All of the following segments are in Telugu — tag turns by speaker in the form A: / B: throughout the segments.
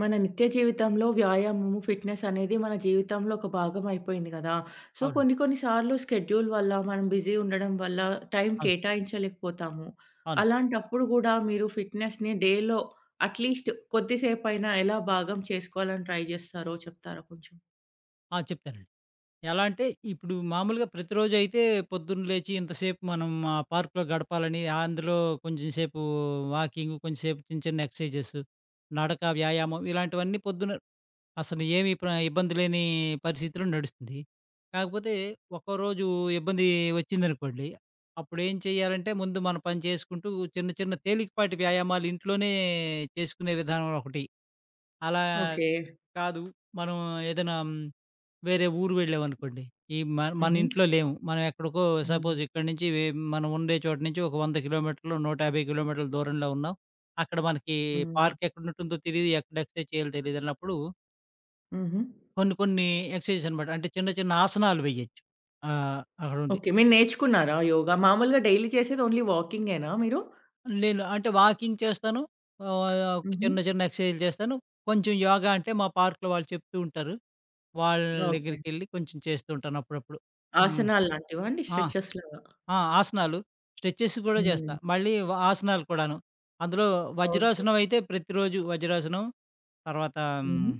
A: మన నిత్య జీవితంలో వ్యాయామము, ఫిట్‌నెస్ అనేది మన జీవితంలో ఒక భాగం అయిపోయింది గదా! సో, కొన్ని
B: అవునండి.
A: కొన్ని సార్లు షెడ్యూల్ వల్ల, మనం బిజీ ఉండడం వల్ల టైం
B: అవును.
A: కేటాయించలేకపోతాము.
B: అవునండి.
A: అలాంటప్పుడు గూడా మీరు ఫిట్‌నెస్‌ని డేలో అట్‌లీస్ట్ కొద్దిసేపైనా ఎలా భాగం చేసుకోవాలని ట్రై జేస్తారో చెప్తారా కొంచెం?
B: ఆ! చెప్తానండి. ఎలా అంటే ఇప్పుడు మామూలుగా ప్రతిరోజు అయితే పొద్దున్న లేచి ఇంతసేపు మనం ఆ పార్క్‌లో గడపాలని ఆ అందులో కొంచెం సేపు వాకింగ్, కొంచెం సేపు చిన్న చిన్న ఎక్సర్‌సైజెస్, నడక, వ్యాయామం ఇలాంటివన్నీ పొద్దున అసలు ఏమి ఇబ్బంది లేని పరిస్థితిలో నడుస్తుంది. కాకపోతే ఒక్కరోజు ఇబ్బంది వచ్చిందనుకోండి, అప్పుడేం చేయాలంటే ముందు మన పని చేసుకుంటూ చిన్న చిన్న తేలికపాటి వ్యాయామాలు ఇంట్లోనే చేసుకునే విధానం ఒకటి. అలా
A: ఓకే.
B: కాదు. మనం ఏదైనా వేరే ఊరు వెళ్ళామనుకోండి. ఈ మన
A: హుహు.
B: ఇంట్లో లేము. మనం ఎక్కడికో
A: హ్మ్.
B: సపోజ్ ఇక్కడి నుంచి మనం ఉండే చోటు నుంచి ఒక 100 కిలోమీటర్లు, 150 కిలోమీటర్ల దూరంలో ఉన్నాం. అక్కడ మనకి
A: హ్మ్.
B: పార్క్ ఎక్కడుంటుందో తెలీదు. ఎక్కడ ఎక్సర్సైజ్ చేయాలో తెలీదన్నప్పుడు
A: హుహు.
B: కొన్ని కొన్ని ఎక్సర్సైజెస్ అనమాట. అంటే చిన్న చిన్న ఆసనాలు వేయొచ్చు. ఆహ్, అక్కడుండి.
A: ఓకే. మీరు నేర్చుకున్నారా యోగా? మామూలుగా డైలీ చేసేది ఓన్లీ వాకింగేనా మీరు?
B: నేను అంటే వాకింగ్ చేస్తాను. ఆహ్,
A: హుహు.
B: చిన్న చిన్న ఎక్సర్సైజ్‌లు చేస్తాను. కొంచెం యోగా అంటే మా పార్క్‌లో వాళ్ళు చెప్తూ ఉంటారు. వాళ్ళ
A: ఓకే.
B: దగ్గరికెళ్ళి కొంచెం చేస్తూ ఉంటాను అప్పుడప్పుడు. హ్మ్.
A: ఆసనాలు లాంటివా అండి?
B: ఆ!
A: స్ట్రెచెస్ లాగా?
B: ఆ! ఆసనాలు. స్ట్రెచెస్ కూడా చేస్తా.
A: హ్మ్.
B: మళ్ళీ ఆసనాలు కూడాను. అందులో
A: ఓకే.
B: వజ్రాసనం అయితే ప్రతిరోజు వజ్రాసనం. తర్వాత హ్మ్,
A: హుహు.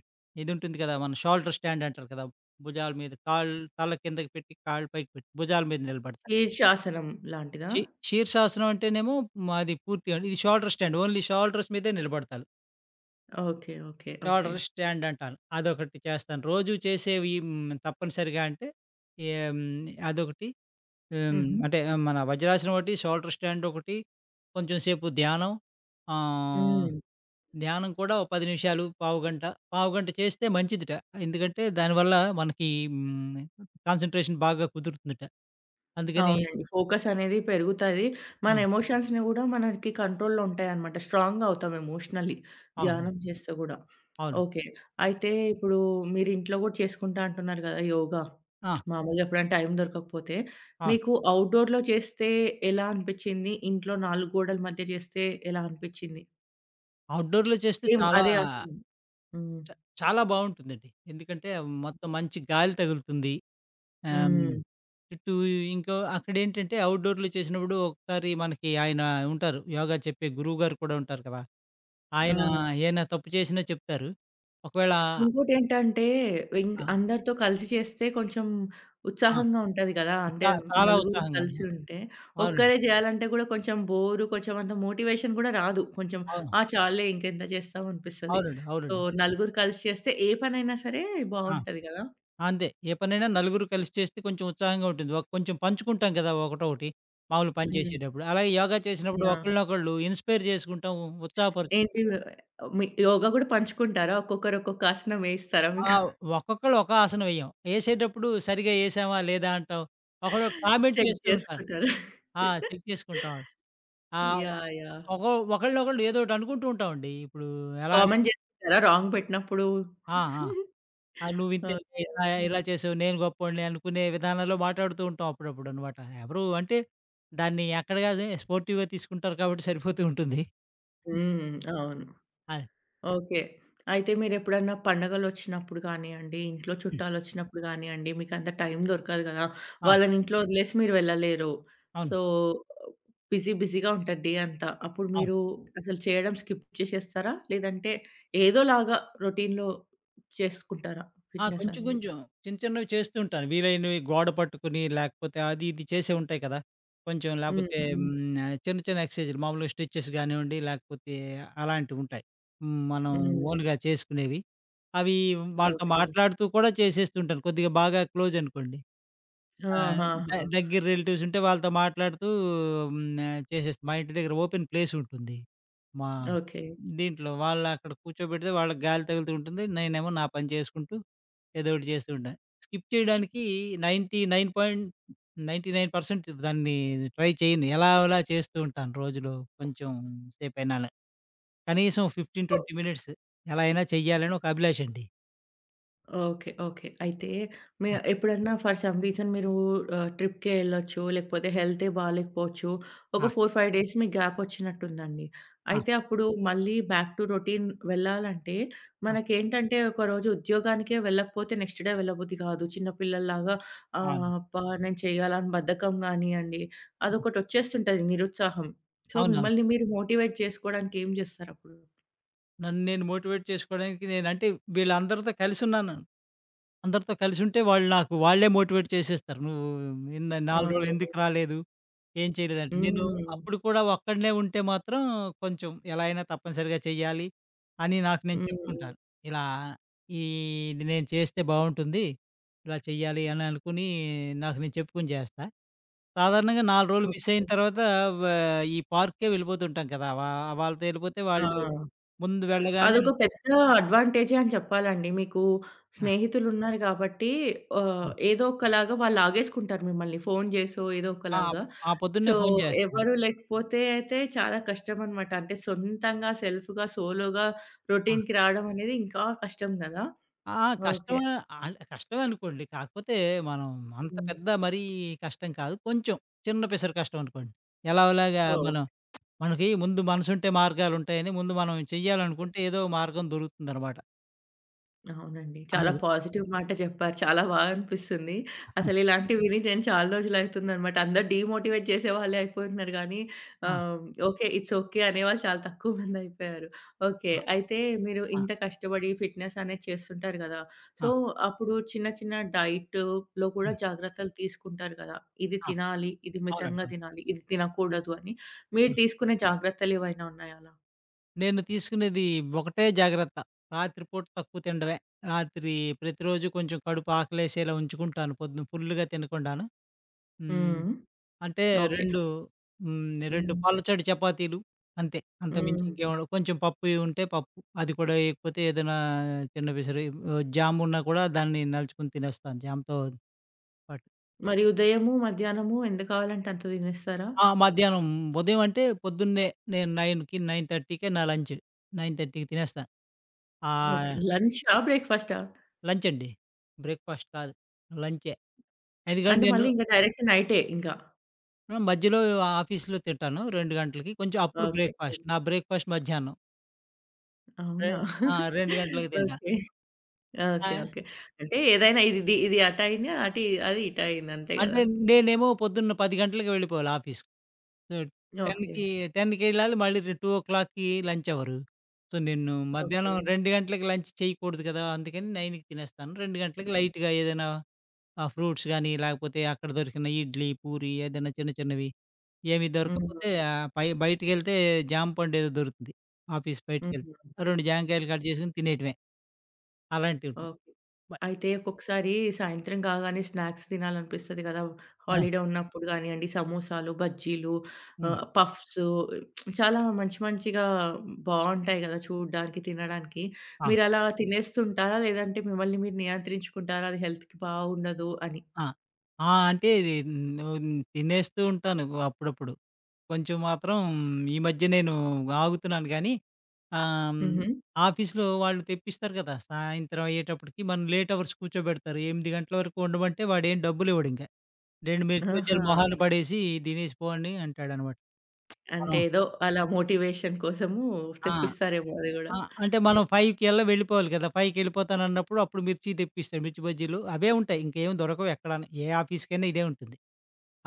B: ఇదుంటుంది కదా! మన షోల్డర్ స్టాండ్ అంటారు కదా! భుజాల మీద కాళ్ళు తల కిందకి పెట్టి, కాళ్ళు పైకి పెట్టి భుజాల మీద నిలబడతా.
A: శీర్షాసనం లాంటిదా?
B: శీ శీర్షాసనం అంటేనేమో మాది పూర్తిగా ఇది షోల్డర్ స్టాండ్. ఓన్లీ షోల్డర్స్ మీదే నిలబడతాను.
A: Okay. Okay. Okay.
B: Shoulder stand అంటాను. అదొకటి చేస్తాను. రోజు చేసేవి తప్పనిసరిగా అంటే, ఏం అదొకటి. హ్మ్.
A: హుహు.
B: అంటే మన వజ్రాసనం ఒకటి, షోల్డర్ స్టాండ్ ఒకటి, కొంచెం సేపు ధ్యానం. ఆహ్,
A: హ్మ్.
B: ధ్యానం కూడా ఓ 10 నిమిషాలు, పావుగంట, పావుగంట చేస్తే మంచిదిట. ఎందుకంటే దానివల్ల మనకి హ్మ్, కాన్సంట్రేషన్ బాగా కుదురుతుందట. అందుకని
A: అవునండి. ఫోకస్ అనేది పెరుగుతది. మన
B: ఆ!
A: ఎమోషన్స్‌ని గూడా మనకి కంట్రోల్‌లో ఉంటాయన్నమాట. స్ట్రాంగ్‌గా అవుతాం ఎమోషనల్లీ
B: ఆ!
A: ధ్యానం చేస్తే గూడా.
B: అవును.
A: ఓకే. అయితే
B: అంటే
A: ఇప్పుడు మీరు ఇంట్లో గూడా చేసుకుంటా అంటున్నారు గదా! యోగా.
B: ఆ!
A: మామూలుగా ఎప్పుడైనా టైం దొరకకపోతే,
B: అవును.
A: మీకు అవుట్‌డోర్‌లో చేస్తే ఎలా అనిపిచ్చింది? ఇంట్లో 4 గోడల మధ్య చేస్తే ఎలా అనిపిచ్చింది?
B: అవుట్‌డోర్‌లో చేస్తే
A: సేమ్
B: చాలా
A: అదే ఆసనం. హ్మ్.
B: చాలా బావుంటుందండి. ఎందుకంటే మొత్తం మంచి గాలి తగులుతుంది. ఆహ్, హ్మ్.
A: హ్మ్.
B: చుట్టూ ఇంకో అక్కడేంటంటే అవుట్‌డోర్‌లో చేసినప్పుడు ఒకసారి మనకి ఆయన ఉంటారు. యోగా చెప్పే గురువు గారు కూడా ఉంటారు కదా!
A: ఆ!
B: ఆయన అవును. ఏమైనా తప్పు చేసినా చెప్తారు. ఒకవేళ
A: ఇంకోటేంటంటే
B: అవును.
A: అందరితో కలిసి చేస్తే కొంచెం
B: ఆ!
A: ఉత్సాహంగా ఉంటది గదా!
B: ఆ!
A: అంటే
B: చాలా
A: నలుగురు
B: ఉత్సాహంగా
A: కలిసి
B: ఉన్నా.
A: ఉంటే.
B: అవునండి.
A: ఒక్కరే జేయాలంటే గూడా కొంచెం బోరు, కొంచెం అంత మోటివేషన్ గూడా రాదు. కొంచెం
B: అవును.
A: ఆ! చాలులే ఇంకెంత చేస్తాం అనిపిస్తది.
B: అవునండి.
A: సో,
B: అవునండి.
A: నలుగురు కలిసి చేస్తే ఏ పనైనా సరే
B: ఆ!
A: బావుంటది గదా!
B: అంతే. ఏ పనైనా నలుగురు కలిసి చేస్తే కొంచెం ఉత్సాహంగా ఉంటుంది. ఒక కొంచెం పంచుకుంటాం కదా! ఒకటొకటి మామూలు పని
A: హ్మ్.
B: చేసేటప్పుడు. అలాగే యోగా చేసినప్పుడు
A: యాహ్!
B: ఒకళ్ళనొకళ్ళు ఇన్స్పైర్ చేసుకుంటాం,
A: ఏంటి
B: ఉత్సాహపరుచుకుంటాం.
A: మీ యోగా గూడా పంచుకుంటారా? ఒక్కొక్కరు ఒక్కొక్క ఆసనం వేయిస్తారా
B: ఆ!
A: మీకు?
B: ఒక్కొక్కళ్ళు ఒక ఆసనం వెయ్యం. ఏసేటప్పుడు సరిగ్గా ఏసామా లేదా అంటాం. ఒకళ్ళు కామెంట్
A: చెక్
B: చేస్తూ ఉంటారు.
A: జేసుకుంటారా?
B: ఆ! చెక్ చేసుకుంటాం. ఆహ్,
A: యాహ్! యాహ్!
B: ఒక ఒకళ్ళనొకళ్ళు ఏదోకటి అనుకుంటూ ఉంటామండి. ఇప్పుడు ఎలా అంటే
A: కామెంట్ చేస్తుంటారా రాంగ్ పెట్టినప్పుడు?
B: ఆ! ఆ! ఆ! నువ్వింతే
A: ఓకే.
B: ఇలా, ఇలా చేసావు నేను గొప్పోడిని అనుకునే విధానంలో మాట్లాడుతూ ఉంటాం అప్పుడప్పుడనమాట. ఎవరు అంటే దాన్ని ఎక్కడగా అదే స్పోర్టివ్‌గా తీసుకుంటారు కాబట్టి సరిపోతూ ఉంటుంది.
A: హ్మ్. అవును.
B: అది.
A: ఓకే. అయితే మీరెప్పుడన్నా పండగలొచ్చినప్పుడు గానియండి, ఇంట్లో
B: హ్మ్.
A: చుట్టాలొచ్చినప్పుడు గానియండి, మీకంత టైం దొరకదు గదా!
B: ఆ!
A: వాళ్ళని ఇంట్లో వదిలేసి మీరు వెళ్ళలేరు. సో,
B: అవును.
A: బిజీ బిజీగా ఉంటది డే అంతా. అప్పుడు
B: అవును.
A: మీరు అసలు చేయడం స్కిప్ చేసేస్తారా? లేదంటే ఏదోలాగా రొటీన్‌లో చేసుకుంటారా
B: ఆ!
A: ఫిట్‌నెస్
B: కొంచెం
A: అనేది?
B: కొంచెం. చిన్న చిన్నవి చేస్తూ ఉంటాను. వీలైనవి గోడ పట్టుకొని లేకపోతే అది ఇది చేసే ఉంటాయి కదా! కొంచెం
A: హ్మ్.
B: లేకపోతే
A: హ్మ్.
B: చిన్న చిన్న ఎక్సర్సైజులు మామూలుగా స్ట్రెచెస్ గానివ్వండి, లేకపోతే అలాంటివుంటాయి. మనం
A: హ్మ్.
B: ఓన్‌గా చేసుకునేవి. అవి వాళ్ళతో
A: ఓకే.
B: మాట్లాడుతూ కూడా చేసేస్తూ ఉంటాను. కొద్దిగా బాగా క్లోజ్ అనుకోండి. ఆ!
A: ఆహాహా!
B: దగ్గర రిలేటివ్స్ ఉంటే వాళ్ళతో మాట్లాడుతూ చేసేస్తా. మా ఇంటి దగ్గర ఓపెన్ ప్లేస్ ఉంటుంది. మా
A: ఓకే.
B: దీంట్లో వాళ్ళు అక్కడ కూర్చోబెడితే వాళ్ళకి గాలి తగులుతూ ఉంటుంది. నేనేమో నా పని చేసుకుంటూ ఏదో ఒకటి చేస్తూ ఉంటాను. స్కిప్ చేయడానికి 99.99% దాన్ని ట్రై చేయను. ఎలాగోలా చేస్తూ ఉంటాను రోజులో కొంచెం సేపైనాను. కనీసం 15, 20 మినిట్స్ ఎలా అయినా చెయ్యాలని ఒక అభిలాషండి.
A: ఓకే. ఓకే. అయితే మీ ఎప్పుడన్నా ఫర్ సమ్ రీజన్ మీరు ఆహ్, ట్రిప్‌కే ఎళ్ళొచ్చు, లేకపోతే హెల్తే బాలేకపోవచ్చు. ఒక
B: ఆ!
A: 4, 5 డేస్ మీకు గ్యాప్ వచ్చినట్టుందండి.
B: ఆ! ఆ!
A: అయితే అప్పుడు మళ్ళీ బ్యాక్ టు రొటీన్ వెళ్ళాలంటే మనకేంటంటే ఒకరోజు ఉద్యోగానికే వెళ్ళకపోతే నెక్స్ట్ డే వెళ్ళబుద్ధి కాదు. చిన్న పిల్లల్లాగా
B: ఆ! అవును.
A: ఆహ్, అబ్బా! నేను చేయాలని బద్ధకం గానియండి, అదొకటొచ్చేస్తుంటది నిరుత్సాహం. సో,
B: అవును.
A: మిమ్మల్ని మీరు మోటివేట్ చేసుకోవడానికి ఏం చేస్తారప్పుడు?
B: నన్ను నేను మోటివేట్ చేసుకోవడానికి నేనంటే వీళ్ళందరితో కలిసున్నాను. అందరితో కలిసుంటే వాళ్ళు నాకు వాళ్ళే మోటివేట్ చేసేస్తారు. "నువ్వు ఇంద నాలుగు రోజులు
A: ఓకే.
B: ఎందుకు రాలేదు? ఏం చేయలేదంటే" నేను
A: హ్మ్.
B: అప్పుడు కూడా ఒక్కడినే ఉంటే మాత్రం కొంచెం ఎలా అయినా తప్పనిసరిగా చేయాలి అని నాకు నేను
A: హ్మ్.
B: చెప్పుకుంటాను. ఇలా ఈ ఇది నేను చేస్తే బావుంటుంది. ఇలా చెయ్యాలి అని అనుకుని నాకు నేను చెప్పుకొని చేస్తా. సాధారణంగా 4 రోజులు మిస్
A: ఓకే.
B: అయిన తర్వాత వ ఈ పార్క్‌కే వెళ్ళిపోతుంటాం కదా! వాళ్ళతో వెళ్ళిపోతే
A: ఆ!
B: వాళ్ళు ముందు వెళ్ళగానే
A: అదొక పెద్ద అడ్వాంటేజే అని చెప్పాలండి. మీకు స్నేహితులున్నారు గాబట్టి ఆహ్,
B: అవును.
A: ఏదో ఒకలాగా వాళ్ళు ఆగేసుకుంటారు మిమ్మల్ని. ఫోను జేసో ఏదో
B: ఆ!
A: ఒకలాగా.
B: ఆ పొద్దున్నే
A: సో,
B: ఫోను చేస్తాను.
A: ఎవరు లేకపోతే అయితే చాలా కష్టమనమాట. అంటే సొంతంగా సెల్ఫ్‌గా, సోలోగా
B: ఆ!
A: రొటీన్‌కి రావడం అనేది ఇంకా కష్టం గదా!
B: ఆ!
A: ఓకే.
B: కష్టమే కష్టమే అనుకోండి. కాకపోతే మనం అంత
A: హ్మ్.
B: పెద్ద మరీ కష్టం కాదు. కొంచెం చిన్న పెసరు కష్టం అనుకోండి. ఎలాగోలాగా
A: ఓహ్!
B: మనం మనకి ముందు మనసుంటే మార్గాలుంటాయని ముందు మనం చెయ్యాలనుకుంటే ఏదో మార్గం దొరుకుతుందనమాట.
A: అవునండి. చాలా
B: అలాగే
A: పాజిటివ్ మాట చెప్పారు. చాలా బాగా అనిపిస్తుంది. అసలు ఇలాంటివి విని నేను చాలా రోజులయితుందనమాట. అందరూ డీమోటివేట్ చేసేవాళ్ళే అయిపోతున్నారు గానీ,
B: ఆ!
A: ఆహ్, ఓకే. ఇట్స్ ఓకే అనేవాళ్ళు చాలా తక్కువ మందయిపోయారు. ఓకే.
B: ఆ!
A: అయితే మీరు
B: ఆ!
A: ఇంత కష్టపడి ఫిట్‌నెస్ అనేది చేస్తుంటారు గదా!
B: ఆ!
A: సో, అప్పుడు చిన్న చిన్న డైట్‌లో కూడా
B: హ్మ్.
A: జాగ్రత్తలు తీసుకుంటారు గదా! ఇది
B: ఆ!
A: తినాలి, ఇది
B: అవునండి.
A: మితంగా
B: అవును.
A: తినాలి, ఇది తినకూడదు అని. మీరు
B: ఆ!
A: తీసుకునే జాగ్రత్తలేవైనా ఉన్నాయా అలా?
B: నేను తీసుకునేది ఒకటే జాగ్రత్త. రాత్రిపూట తక్కువ తినడమే. రాత్రి ప్రతిరోజు కొంచెం కడుపు ఆకలేసేలా ఉంచుకుంటాను. పొద్దున ఫుల్లుగా తినకుండాను. హ్మ్.
A: హ్మ్.
B: అంటే
A: ఓకే.
B: 2 2
A: హ్మ్.
B: పాలచాడు చపాతీలు అంతే. అంతకుమించి
A: హ్మ్.
B: ఇంకేం ఉండవు. కొంచెం పప్పు ఉంటే పప్పు. అది కూడా వేయకపోతే ఏదైనా చిన్న పిసరు జామ్ ఉన్నా కూడా దాన్ని నలుచుకొని తినేస్తాను జామ్‌తో పాటు.
A: మరి ఉదయము, మధ్యాహ్నము ఎంత కావాలంటే అంత తినేస్తారా?
B: ఆ! మధ్యాహ్నం ఉదయం అంటే పొద్దున్నే నేను 9:00కి, 9:30కే నా లంచ్. 9:30కి తినేస్తాను.
A: ఓకే.
B: ఆహ్,
A: లంచా? బ్రేక్‌ఫాస్టా?
B: లంచ్ అండి. బ్రేక్‌ఫాస్ట్ కాదు. లంచే. ఎందుకంటే
A: అంటే
B: నేను
A: మళ్ళీ ఇంక డైరెక్ట్ నైటే ఇంకా.
B: మధ్యలో ఆఫీస్‌లో తింటాను 2 గంటలకి. కొంచెం అప్పుడు
A: ఓకే. ఓకే.
B: బ్రేక్‌ఫాస్ట్. నా బ్రేక్‌ఫాస్ట్ మధ్యాహ్నం. రె
A: అవునా?
B: ఆ! 2 గంటలకి తింటా.
A: ఓకే.
B: ఆ!
A: ఓకే. ఓకే. అంటే ఏదైనా ఇది ఇది ఇది అటయింది. అటు అది ఇటయింది అంతే
B: అంటే
A: గదా!
B: నేనేమో పొద్దున్న 10 గంటలకి వెళ్ళిపోవాలి ఆఫీస్‌కి. So,
A: okay.
B: 10కి 10కి ఎళ్ళాలి. మళ్ళీ 2:00కి లంచ్ అవరు. సో, నేను
A: ఓకే.
B: మధ్యాహ్నం 2 గంటలకి లంచ్ చేయకూడదు కదా! అందుకని 9కి తినేస్తాను. 2 గంటలకి లైట్‌గా ఏదైనా ఆ ఫ్రూట్స్ గానీ, లేకపోతే అక్కడ దొరికిన ఇడ్లీ, పూరి ఏదైనా చిన్న చిన్నవి. ఏమి
A: హ్మ్.
B: దొరకకపోతే పై బయటికెళ్తే జామ పండు ఏదో దొరుకుతుంది. ఆఫీస్ బయటికెళ్తే.
A: హ్మ్.
B: 2 జామకాయలు కట్ చేసుకొని తినేయటమే. అలాంటివి ఉంటాయి.
A: ఓకే.
B: బ
A: అయితే ఒక్కొక్కసారి సాయంత్రం కాగానే స్నాక్స్ తినాలనిపిస్తది కదా!
B: ఆ!
A: హాలిడే ఉన్నప్పుడు గానియండి, సమోసాలు, బజ్జీలు,
B: హ్మ్.
A: ఆహ్, పఫ్స్ చాలా మంచి మంచిగా బావుంటాయి కదా! చూడడానికి, తినడానికి.
B: ఆ!
A: మీరలా తినేస్తుంటారా? లేదంటే మిమ్మల్ని మీరు నియంత్రించుకుంటారా? అది హెల్త్‌కి బాగుండదు అని?
B: ఆ! ఆ! అంటే ఇది తినేస్తూ ఉంటాను అప్పుడప్పుడు. కొంచెం మాత్రం ఈ మధ్య నేను ఆగుతున్నాను గానీ, ఆహ్, హ్మ్,
A: హుహు.
B: ఆఫీస్‌లో వాళ్ళు తెప్పిస్తారు కదా! సాయంత్రం అయ్యేటప్పటికి మనం లేట్ అవర్స్ కూర్చోబెడతారు. 8 గంటల వరకు ఉండమంటే వాడేం డబ్బులివ్వడింక. 2 మిర్చి బజ్జీలు
A: ఆహా!
B: మొహాన పడేసి తినేసి పో అని అంటాడనమాట. మనం
A: అంటే ఏదో అలా మోటివేషన్ కోసము
B: ఆ!
A: తెప్పిస్తారేమో అది గూడా.
B: ఆ! అంటే మనం 5కల్లా వెళ్ళిపోవాలి కదా! 5కెళ్ళిపోతానన్నప్పుడు అప్పుడు మిర్చి తెప్పిస్తాడు. మిర్చి బజ్జీలు అవే ఉంటాయి. ఇంకేం దొరకవు ఎక్కడాను. ఏ ఆఫీస్‌కైనా ఇదే ఉంటుంది.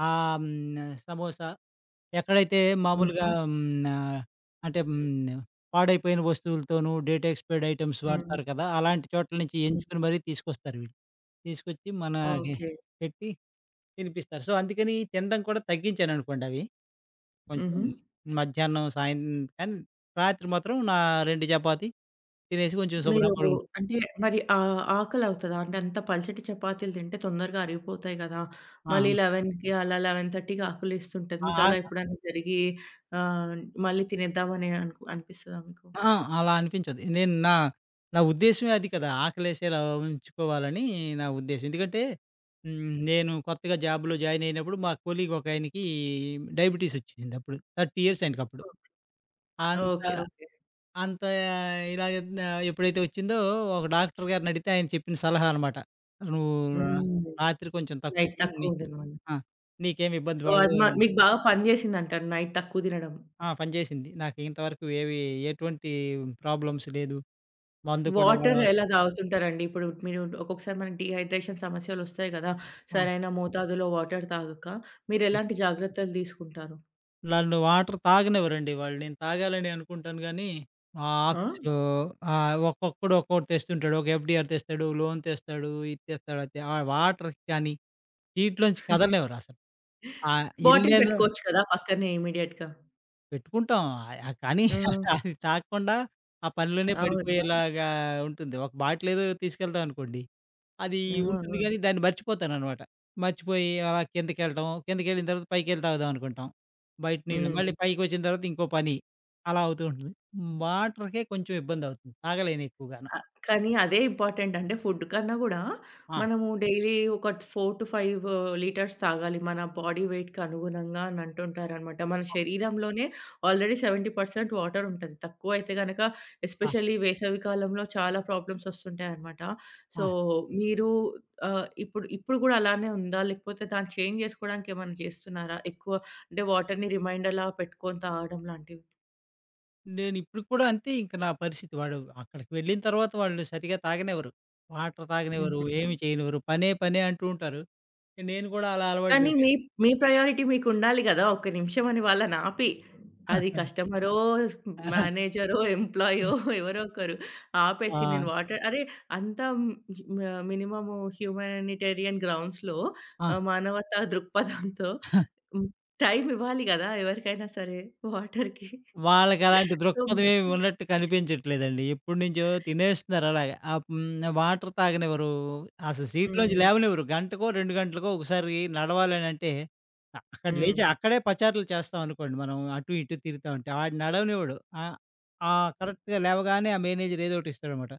B: సమోసా ఎక్కడైతే మామూలుగా
A: హుహు.
B: అంటే పాడైపోయిన వస్తువులతోనూ డేట్ ఎక్స్‌పైర్డ్ ఐటెమ్స్
A: హ్మ్.
B: వాడతారు కదా! అలాంటి చోట్ల నుంచి
A: హ్మ్.
B: ఎంచుకొని మరీ తీసుకొస్తారు వీళ్ళు. తీసుకొచ్చి మనకి
A: ఓకే.
B: పెట్టి తినిపిస్తారు. సో, అందుకని తినడం కూడా తగ్గించాననుకోండి అవి. కొంచెం
A: హుహు.
B: మధ్యాహ్నం, సాయం కానీ రాత్రి మాత్రం నా 2 చపాతీ తినేసి కొంచెం
A: మీరు
B: శుభ్రంగా పడుకుంటా.
A: అంటే మరి ఆహ్, ఆకలవుతదా? అంటే అంత పల్చటి చపాతీలు తింటే తొందరగా అరిగిపోతాయి గదా! మళ్ళీ
B: ఆహా!
A: 11:00కి అలా 11:30కి ఆకలేస్తుంటది.
B: ఆ!
A: మీకలా
B: ఆ!
A: ఎప్పుడైనా జరిగి ఆహ్, మళ్ళీ తినేద్దామని అనిపిస్తదా మీకు?
B: ఆ! అలా అనిపించదు. నేను నా నా ఉద్దేశ్యమే అది కదా! ఆకలేసేలా ఉంచుకోవాలని నా ఉద్దేశ్యం. ఎందుకంటే హ్మ్. నేను కొత్తగా జాబ్‌లో జాయిన్ అయినప్పుడు మా కొలీగ్ ఒకాయనకి డయాబెటిస్ వచ్చింది అప్పుడు. 30 ఇయర్స్ ఆయనకప్పుడు. అంత
A: ఓకే. ఓకే.
B: అంత ఇలాగ ఎప్పుడైతే వచ్చిందో ఒక డాక్టర్ గారిని అడిగితే ఆయన చెప్పిన సలహా అనమాట. "నువ్వు
A: హ్మ్.
B: రాత్రి కొంచెం తక్కువ
A: నైట్
B: తిను నీ
A: తక్కువ తినమని.
B: ఆ! నీకేమి ఇబ్బంది
A: సో,
B: పడదు"
A: అది మీకు బాగా పని చేసిందంటారు నైట్ తక్కువ తినడం.
B: ఆ! పనిచేసింది. నాకు ఇంతవరకు ఏవి ఎటువంటి ప్రాబ్లమ్స్ లేదు. మందు కూడా
A: వాటర్
B: వాడవలసిన
A: ఎలా తాగుతుంటారండి? ఇప్పుడు మీరు ఒక్కొక్కసారి మనకి డీహైడ్రేషన్ సమస్యలొస్తాయి గదా!
B: ఆ!
A: సరైన మోతాదులో వాటర్ తాగక
B: ఆ!
A: మీరెలాంటి జాగ్రత్తలు తీసుకుంటారు?
B: నన్ను వాటర్ తాగనివ్వరండి వాళ్ళు. నేను తాగాలని అనుకుంటాను గానీ, మా
A: ఆ!
B: ఆఫీస్‌లో ఒక్కొక్కడు ఒక్కోటి తెస్తుంటాడు. ఒక ఎఫ్‌డీఆర్ తెస్తాడు, లోన్ తెస్తాడు, ఇది తెస్తాడు, అది ఆ వాటర్ కానీ నీటిలోంచి కదలనివ్వరసలు. ఆ!
A: బాటిల్
B: ఎళ్ళేలో
A: పెట్టుకోవచ్చు కదా! పక్కనే ఇమ్మీడియేట్‌గా.
B: పెట్టుకుంటాం. ఆహ్, కానీ
A: ఆ!
B: అది తాగకుండా ఆ పనిలోనే
A: అవునా!
B: పడిపోయేలాగా ఉంటుంది. ఒక బాటిల్ ఏదో తీసుకెళ్తాం అనుకోండి అది
A: ఆ!
B: ఉంటుంది గానీ,
A: ఆ!
B: దాన్ని మర్చిపోతాననమాట. మర్చిపోయి అలా కిందకెళ్ళటం, కిందకెళ్ళిన తర్వాత పైకెళ్ళి తాగుదామనుకుంటాం. బయట నీళ్ళు.
A: హ్మ్.
B: మళ్ళీ పైకొచ్చిన తర్వాత ఇంకో పని. అలా అవుతూ ఉంటుంది. వాటర్‌కే కొంచెం ఇబ్బందవుతుంది. తాగలేను ఎక్కువగాను.
A: ఆ! కానీ అదే ఇంపార్టెంట్ అంటే ఫుడ్ కన్నా గూడా
B: ఆ!
A: మనము డైలీ ఒక 4-5 లీటర్స్ తాగాలి. మన బాడీ వెయిట్‌కి అనుగుణంగా అని అంటుంటారనమాట. మన శరీరంలోనే ఆల్రెడీ 70% వాటర్ ఉంటది. తక్కువైతే గనక
B: ఆ!
A: ఎస్పెషల్లీ వేసవి కాలంలో చాలా ప్రాబ్లమ్స్ వస్తుంటాయనమాట. సో,
B: ఆ!
A: మీరు ఆహ్, ఇప్పుడు ఇప్పుడు గూడా అలానే ఉందా? లేకపోతే దాన్ని చేంజ్ జేసుకోవడానికి ఏమన్నా చేస్తున్నారా? ఎక్కువ అంటే వాటర్‌ని రిమైండర్‌లా పెట్టుకొని తాగడం లాంటివి?
B: నేనిప్పుడు కూడా అంతే ఇంక నా పరిస్థితి. వాడు అక్కడికి వెళ్ళిన తర్వాత వాళ్ళు సరిగ్గా తాగనివ్వరు. వాటర్ తాగనివ్వరు,
A: హుహుహు.
B: ఏమి చేయనివ్వరు. పనే పనే అంటూ ఉంటారు. నేను కూడా అలా అలవాటు
A: కానీ మీ
B: పడిపోయాను.
A: మీ ప్రయారిటీ మీకుండాలి గదా! ఒక్క నిమిషం అని వాళ్ళనాపి, అది కస్టమరో, మేనేజరో, ఎంప్లాయో ఎవరో ఒకరు ఆపేసి
B: ఆ!
A: నేను వాటర్ అరే! అంత మినిమమ్ హ్యుమానిటేరియన్ గ్రౌండ్స్‌లో
B: ఆ!
A: ఆహ్, మానవతా దృక్పథంతో హ్మ్. టైం ఇవ్వాలి గదా! ఎవరికైనా సరే వాటర్‌కి.
B: వాళ్ళకలాంటి
A: సో
B: దృక్పథం ఏమి ఉన్నట్టు కనిపించట్లేదండి. ఎప్పటినుంచో తినేస్తున్నారు అలాగే. ఆ! హ్మ్. వాటర్ తాగనివ్వరు. అసలు సీట్‌లోంచి
A: హ్మ్.
B: లేవనివ్వరు. గంటకో, 2 గంటలకో ఒకసారి నడవాలనంటే, అక్కడ
A: హ్మ్.
B: లేచి అక్కడే పచార్లు చేస్తామనుకోండి మనం అటు, ఇటు తిరుగుతా ఉంటే. ఆడు నడవనివ్వడు. ఆహ్, ఆ! కరెక్ట్‌గా లేవగానే ఆ మేనేజర్ ఏదో ఒకటి ఇస్తాడనమాట.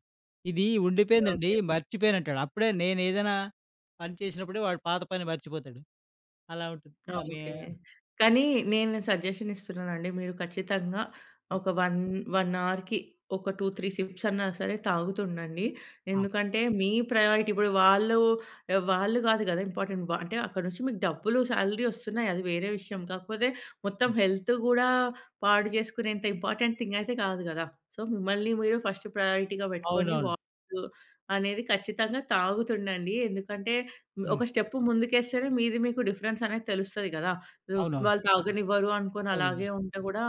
B: "ఇది ఉండిపోయిందండి,
A: ఓకే.
B: మర్చిపోయానంటాడు." అప్పుడే నేనేదైనా పని చేసినప్పుడే వాడు పాత పని మర్చిపోతాడు. అలా ఉంటుంది.
A: ఆ!
B: ఆమె
A: ఓకే. కానీ నేను సజెషన్ ఇస్తున్నానండి. మీరు ఖచ్చితంగా
B: ఆ!
A: ఒక 1, 1 అవర్‌కి ఒక 2, 3 సిప్స్ అన్నా సరే తాగుతుండండి.
B: ఆ!
A: ఎందుకంటే మీ ప్రయారిటీ ఇప్పుడు వాళ్ళు ఆహ్, వాళ్ళు కాదు కదా! ఇంపార్టెంట్. అంటే అక్కడ నుంచి మీకు డబ్బులు సాలరీ వస్తున్నాయి. అది వేరే విషయం. కాకపోతే మొత్తం
B: హ్మ్.
A: హెల్త్ గూడా పాడు చేసుకునేంత ఇంపార్టెంట్ థింగ్ అయితే కాదు కదా! సో, మిమ్మల్ని మీరు ఫస్ట్ ప్రయారిటీగా పెట్టుకోండి.
B: అవునవును.
A: వాటర్ అనేది ఖచ్చితంగా తాగుతుండండి. ఎందుకంటే
B: హ్మ్.
A: ఒక స్టెప్ ముందుకేస్తేనే మీది మీకు డిఫరెన్స్ అనేది తెలుస్తది గదా! ఆహ్,
B: అవునవును.
A: వాళ్ళు అవును. తాగనివ్వరు అనుకోని
B: అవునండి.
A: అలాగే ఉంటే గూడా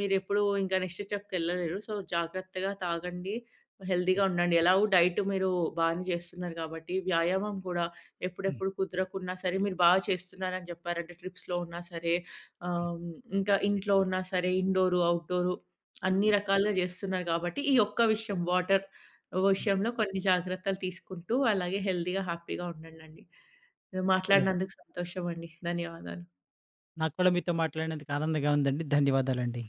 A: మీరెప్పుడు ఇంకా నెక్స్ట్ స్టెప్‌కెళ్ళలేరు. సో, జాగ్రత్తగా తాగండి. హెల్తీగా
B: హ్మ్.
A: ఉండండి. ఎలాగో డైట్ మీరు బానే చేస్తున్నారు కాబట్టి, వ్యాయామం కూడా ఎప్పుడెప్పుడు కుదరకున్నా సరే, మీరు బాగా చేస్తున్నారని జెప్పారంటే ట్రిప్స్‌లో ఉన్నా సరే, ఆహ్, ఇంకా ఇంట్లో ఉన్నా సరే ఇండోరు, అవుట్‌డోరు అన్ని
B: హ్మ్.
A: రకాలుగా జేస్తున్నారు గాబట్టి, ఈ ఒక్క విషయం వాటర్
B: హ్మ్.
A: విషయంలో కొన్ని జాగ్రత్తలు తీసుకుంటూ అలాగే హెల్తీగా, హ్యాపీగా ఉండండండి.
B: పోన్లే.
A: మాట్లాడినందుకు సంతోషమండి. ధన్యవాదాలు.
B: నాకు కూడా మీతో మాట్లాడినందుకు ఆనందంగా ఉందండి. ధన్యవాదాలండి.